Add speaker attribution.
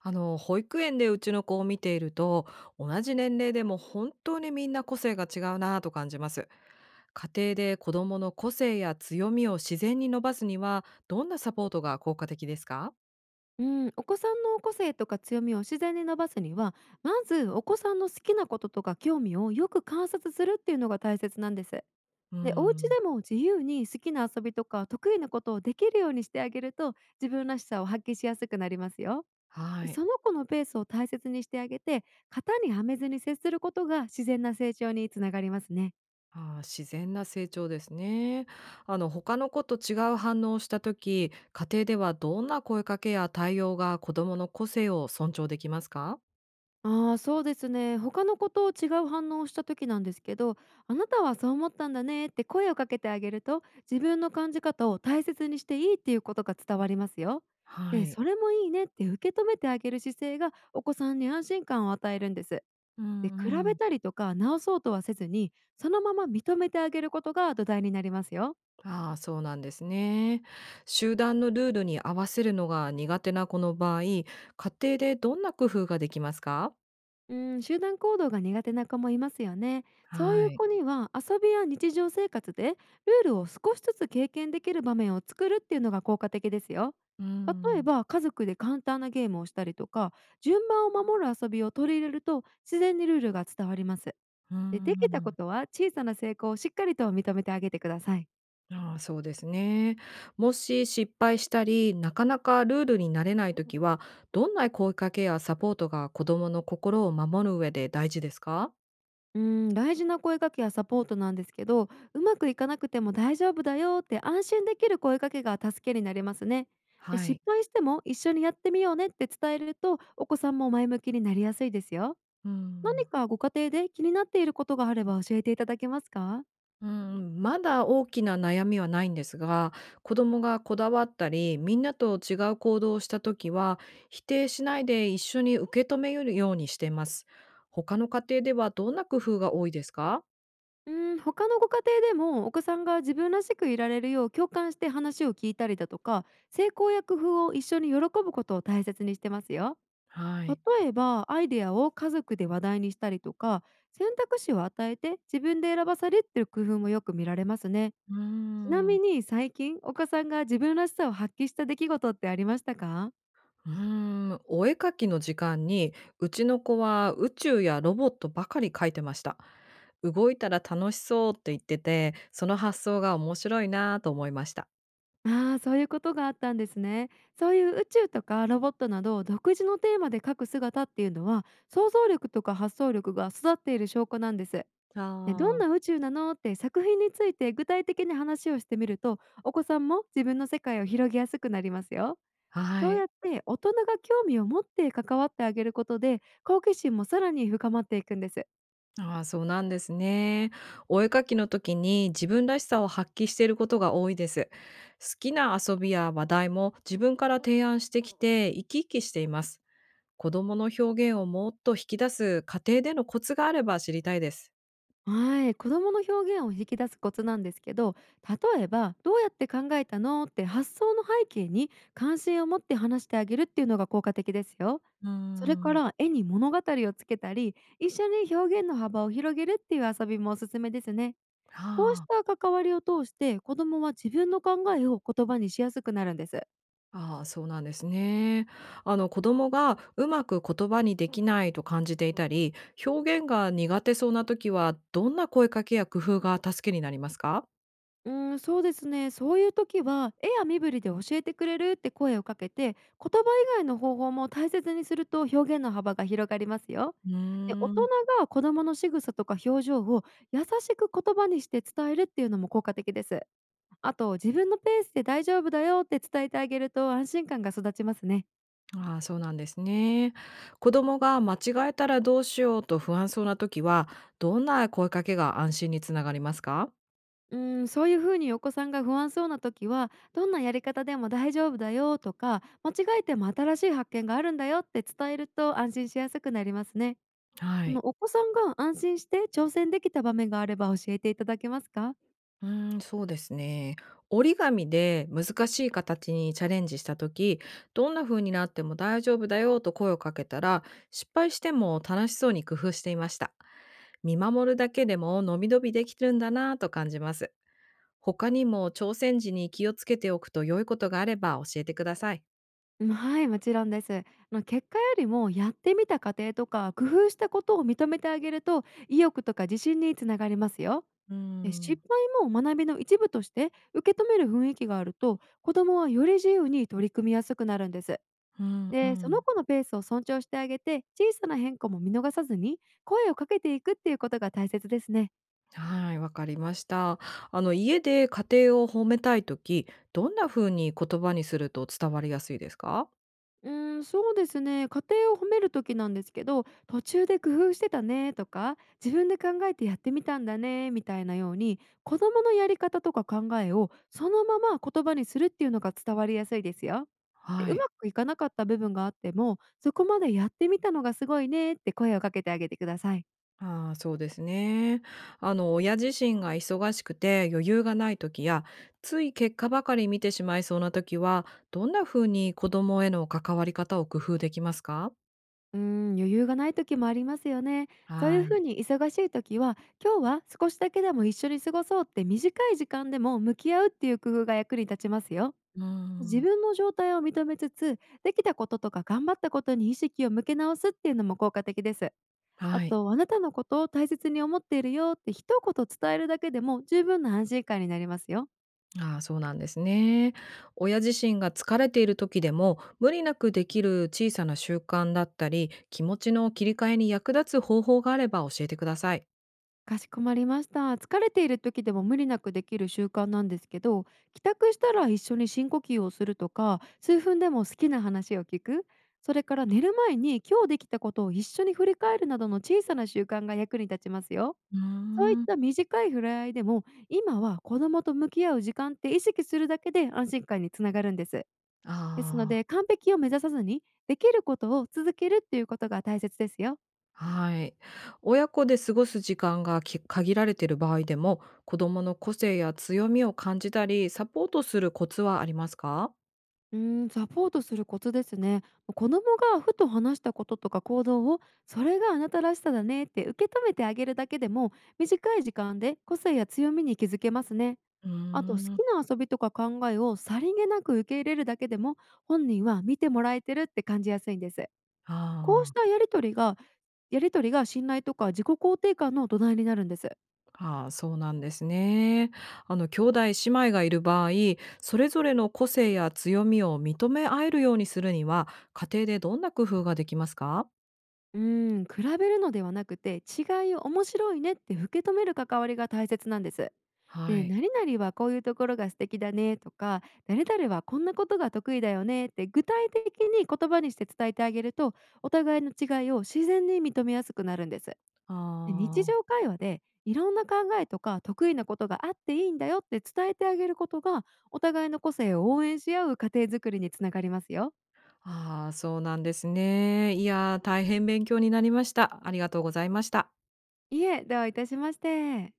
Speaker 1: あの、保育園でうちの子を見ていると、同じ年齢でも本当にみんな個性が違うなぁと感じます。家庭で子どもの個性や強みを自然に伸ばすには、どんなサポートが効果的ですか？
Speaker 2: うん、お子さんの個性とか強みを自然に伸ばすには、まずお子さんの好きなこととか興味をよく観察するっていうのが大切なんです。
Speaker 1: う
Speaker 2: で、お家
Speaker 1: ん。
Speaker 2: でも自由に好きな遊びとか得意なことをできるようにしてあげると、自分らしさを発揮しやすくなりますよ。
Speaker 1: は
Speaker 2: で、
Speaker 1: い。
Speaker 2: その子のペースを大切にしてあげて、型にはめずに接することが自然な成長につながりますね。
Speaker 1: あー、自然な成長ですね。あの、他の子と違う反応をした時、家庭ではどんな声かけや対応が子どもの個性を尊重できますか？
Speaker 2: ああ、そうですね。他の子と違う反応をした時なんですけど、あなたはそう思ったんだねって声をかけてあげると、自分の感じ方を大切にしていいっていうことが伝わりますよ。
Speaker 1: は
Speaker 2: で、
Speaker 1: い。
Speaker 2: それもいいねって受け止めてあげる姿勢がお子さんに安心感を与えるんです。
Speaker 1: う
Speaker 2: で、比べ
Speaker 1: ん。
Speaker 2: たりとか直そうとはせずに、そのまま認めてあげることが土台になりますよ。
Speaker 1: ああ、そうなんですね。集団のルールに合わせるのが苦手な子の場合、家庭でどんな工夫ができますか？
Speaker 2: うん、集団行動が苦手な子もいますよね。そう
Speaker 1: は
Speaker 2: いう
Speaker 1: い。
Speaker 2: 子には遊びや日常生活でルールを少しずつ経験できる場面を作るっていうのが効果的ですよ。
Speaker 1: う
Speaker 2: 例え
Speaker 1: ん。
Speaker 2: ば家族で簡単なゲームをしたりとか、順番を守る遊びを取り入れると自然にルールが伝わります。
Speaker 1: う
Speaker 2: で、できたこ
Speaker 1: ん。
Speaker 2: とは小さな成功をしっかりと認めてあげてください。
Speaker 1: ああ、そうですね。もし失敗したり、なかなかルールになれないときは、どんな声かけやサポートが子どもの心を守る上で大事ですか？
Speaker 2: うん、大事な声かけやサポートなんですけど、うまくいかなくても大丈夫だよって安心できる声かけが助けになりますね。で、
Speaker 1: はい。
Speaker 2: 失敗しても一緒にやってみようねって伝えるとお子さんも前向きになりやすいですよ。
Speaker 1: う
Speaker 2: 何
Speaker 1: ん。
Speaker 2: かご家庭で気になっていることがあれば教えていただけますか？
Speaker 1: うん、まだ大きな悩みはないんですが、子供がこだわったり、みんなと違う行動をした時は、否定しないで一緒に受け止めるようにしています。他の家庭ではどんな工夫が多いですか？
Speaker 2: うん、他のご家庭でもお子さんが自分らしくいられるよう、共感して話を聞いたりだとか、成功や工夫を一緒に喜ぶことを大切にしてますよ。
Speaker 1: はい。
Speaker 2: 例えばアイデアを家族で話題にしたりとか、選択肢を与えて自分で選ばされるっていう工夫もよく見られますね。
Speaker 1: うー
Speaker 2: ちな
Speaker 1: ん。
Speaker 2: みに最近お子さんが自分らしさを発揮した出来事ってありましたか？
Speaker 1: うーん、お絵かきの時間に、うちの子は宇宙やロボットばかり描いてました。動いたら楽しそうって言ってて、その発想が面白いなぁと思いました。
Speaker 2: ああー、そういうことがあったんですね。そういう宇宙とかロボットなど独自のテーマで描く姿っていうのは想像力とか発想力が育っている証拠なんですね。どん
Speaker 1: あ
Speaker 2: な宇宙なのって作品について具体的に話をしてみると、お子さんも自分の世界を広げやすくなりますよ。
Speaker 1: あ、は
Speaker 2: そう
Speaker 1: い。
Speaker 2: やって大人が興味を持って関わってあげることで好奇心もさらに深まっていくんです。
Speaker 1: ああ、そうなんですね。お絵かきの時に自分らしさを発揮していることが多いです。好きな遊びや話題も自分から提案してきて生き生きしています。子供の表現をもっと引き出す家庭でのコツがあれば知りたいです。
Speaker 2: はい、子供の表現を引き出すコツなんですけど、例えば「どうやって考えたの?」って発想の背景に関心を持って話してあげるっていうのが効果的ですよ。
Speaker 1: うー
Speaker 2: それか
Speaker 1: ん。
Speaker 2: ら絵に物語をつけたり一緒に表現の幅を広げるっていう遊びもおすすめですね。こうし
Speaker 1: あ
Speaker 2: た関わりを通して子供は自分の考えを言葉にしやすくなるんです。
Speaker 1: あ、ああそうなんですね。あの、子供がうまく言葉にできないと感じていたり、表現が苦手そうな時は、どんな声かけや工夫が助けになりますか？
Speaker 2: うーん、そうですね。そういう時は、絵や身振りで教えてくれるって声をかけて、言葉以外の方法も大切にすると表現の幅が広がりますよ。
Speaker 1: う
Speaker 2: で、大
Speaker 1: ー
Speaker 2: 人
Speaker 1: ん。
Speaker 2: が子供の仕草とか表情を優しく言葉にして伝えるっていうのも効果的です。あと、自分のペースで大丈夫だよって伝えてあげると安心感が育ちますね。
Speaker 1: ああ、そうなんですね。子供が間違えたらどうしようと不安そうな時は、どんな声かけが安心につながりますか？
Speaker 2: うーん、そういうふうにお子さんが不安そうな時は、どんなやり方でも大丈夫だよとか、間違えても新しい発見があるんだよって伝えると安心しやすくなりますね。
Speaker 1: は
Speaker 2: あの、
Speaker 1: い。
Speaker 2: お子さんが安心して挑戦できた場面があれば教えていただけますか？
Speaker 1: うーん、そうですね。折り紙で難しい形にチャレンジした時、どんな風になっても大丈夫だよと声をかけたら、失敗しても楽しそうに工夫していました。見守るだけでも伸び伸びできてるんだなぁと感じます。他にも挑戦時に気をつけておくと良いことがあれば教えてください。
Speaker 2: うん、はい、もちろんです。あの、結果よりもやってみた過程とか工夫したことを認めてあげると、意欲とか自信につながりますよ。
Speaker 1: うー
Speaker 2: で、失
Speaker 1: ん。
Speaker 2: 敗も学びの一部として受け止める雰囲気があると、子供はより自由に取り組みやすくなるんです。
Speaker 1: うんう
Speaker 2: で、その
Speaker 1: ん。
Speaker 2: 子のペースを尊重してあげて、小さな変化も見逃さずに声をかけていくっていうことが大切ですね。
Speaker 1: はい、わかりました。あの、家で家庭を褒めたいとき、どんな風に言葉にすると伝わりやすいですか？
Speaker 2: うーん、そうですね。家庭を褒める時なんですけど、途中で工夫してたねとか、自分で考えてやってみたんだねみたいなように、子供のやり方とか考えをそのまま言葉にするっていうのが伝わりやすいですよ。で、
Speaker 1: は
Speaker 2: う
Speaker 1: い。
Speaker 2: まくいかなかった部分があっても、そこまでやってみたのがすごいねって声をかけてあげてください。
Speaker 1: ああ、そうですね。あの、親自身が忙しくて余裕がないときや、つい結果ばかり見てしまいそうなときは、どんな風に子供への関わり方を工夫できますか？
Speaker 2: うーん、余裕がない時もありますよね。そうい
Speaker 1: は
Speaker 2: うふ
Speaker 1: い。
Speaker 2: うに忙しい時は、今日は少しだけでも一緒に過ごそうって短い時間でも向き合うっていう工夫が役に立ちますよ。
Speaker 1: う
Speaker 2: 自
Speaker 1: ん。
Speaker 2: 分の状態を認めつつ、できたこととか頑張ったことに意識を向け直すっていうのも効果的です。あ
Speaker 1: はい。
Speaker 2: と、あなたのことを大切に思っているよって一言伝えるだけでも十分な安心感になりますよ。
Speaker 1: ああ、そうなんですね。親自身が疲れている時でも無理なくできる小さな習慣だったり、気持ちの切り替えに役立つ方法があれば教えてください。
Speaker 2: かしこまりました。疲れている時でも無理なくできる習慣なんですけど、帰宅したら一緒に深呼吸をするとか、数分でも好きな話を聞く。それから寝る前に今日できたことを一緒に振り返るなどの小さな習慣が役に立ちますよ。
Speaker 1: うー
Speaker 2: そういっ
Speaker 1: ん。
Speaker 2: た短い触れ合いでも、今は子供と向き合う時間って意識するだけで安心感につながるんです。ですの
Speaker 1: あ
Speaker 2: で、完璧を目指さずに、できることを続けるっていうことが大切ですよ。
Speaker 1: あ、はい。親子で過ごす時間がき限られている場合でも、子どもの個性や強みを感じたりサポートするコツはありますか？
Speaker 2: うーん、サポートするコツですね。子供がふと話したこととか行動を、それがあなたらしさだねって受け止めてあげるだけでも、短い時間で個性や強みに気づけますね。
Speaker 1: うー
Speaker 2: あと、好き
Speaker 1: ん。
Speaker 2: な遊びとか考えをさりげなく受け入れるだけでも、本人は見てもらえてるって感じやすいんです。
Speaker 1: あ
Speaker 2: こうした
Speaker 1: あ。
Speaker 2: やり取りが信頼とか自己肯定感の土台になるんです。
Speaker 1: ああ、そうなんですね。あの、兄弟姉妹がいる場合、それぞれの個性や強みを認め合えるようにするには、家庭でどんな工夫ができますか？
Speaker 2: うーん、比べるのではなくて違いを面白いねって受け止める関わりが大切なんです。
Speaker 1: は
Speaker 2: ねえ、
Speaker 1: い。
Speaker 2: 何々はこういうところが素敵だねとか、誰々はこんなことが得意だよねって具体的に言葉にして伝えてあげると、お互いの違いを自然に認めやすくなるんです。で、日
Speaker 1: あ
Speaker 2: 常会話でいろんな考えとか得意なことがあっていいんだよって伝えてあげることが、お互いの個性を応援し合う家庭づくりにつながりますよ。
Speaker 1: あ、ああ、そうなんですね。いやー、大変勉強になりました。ありがとうございました。
Speaker 2: いえ、どういたしまして。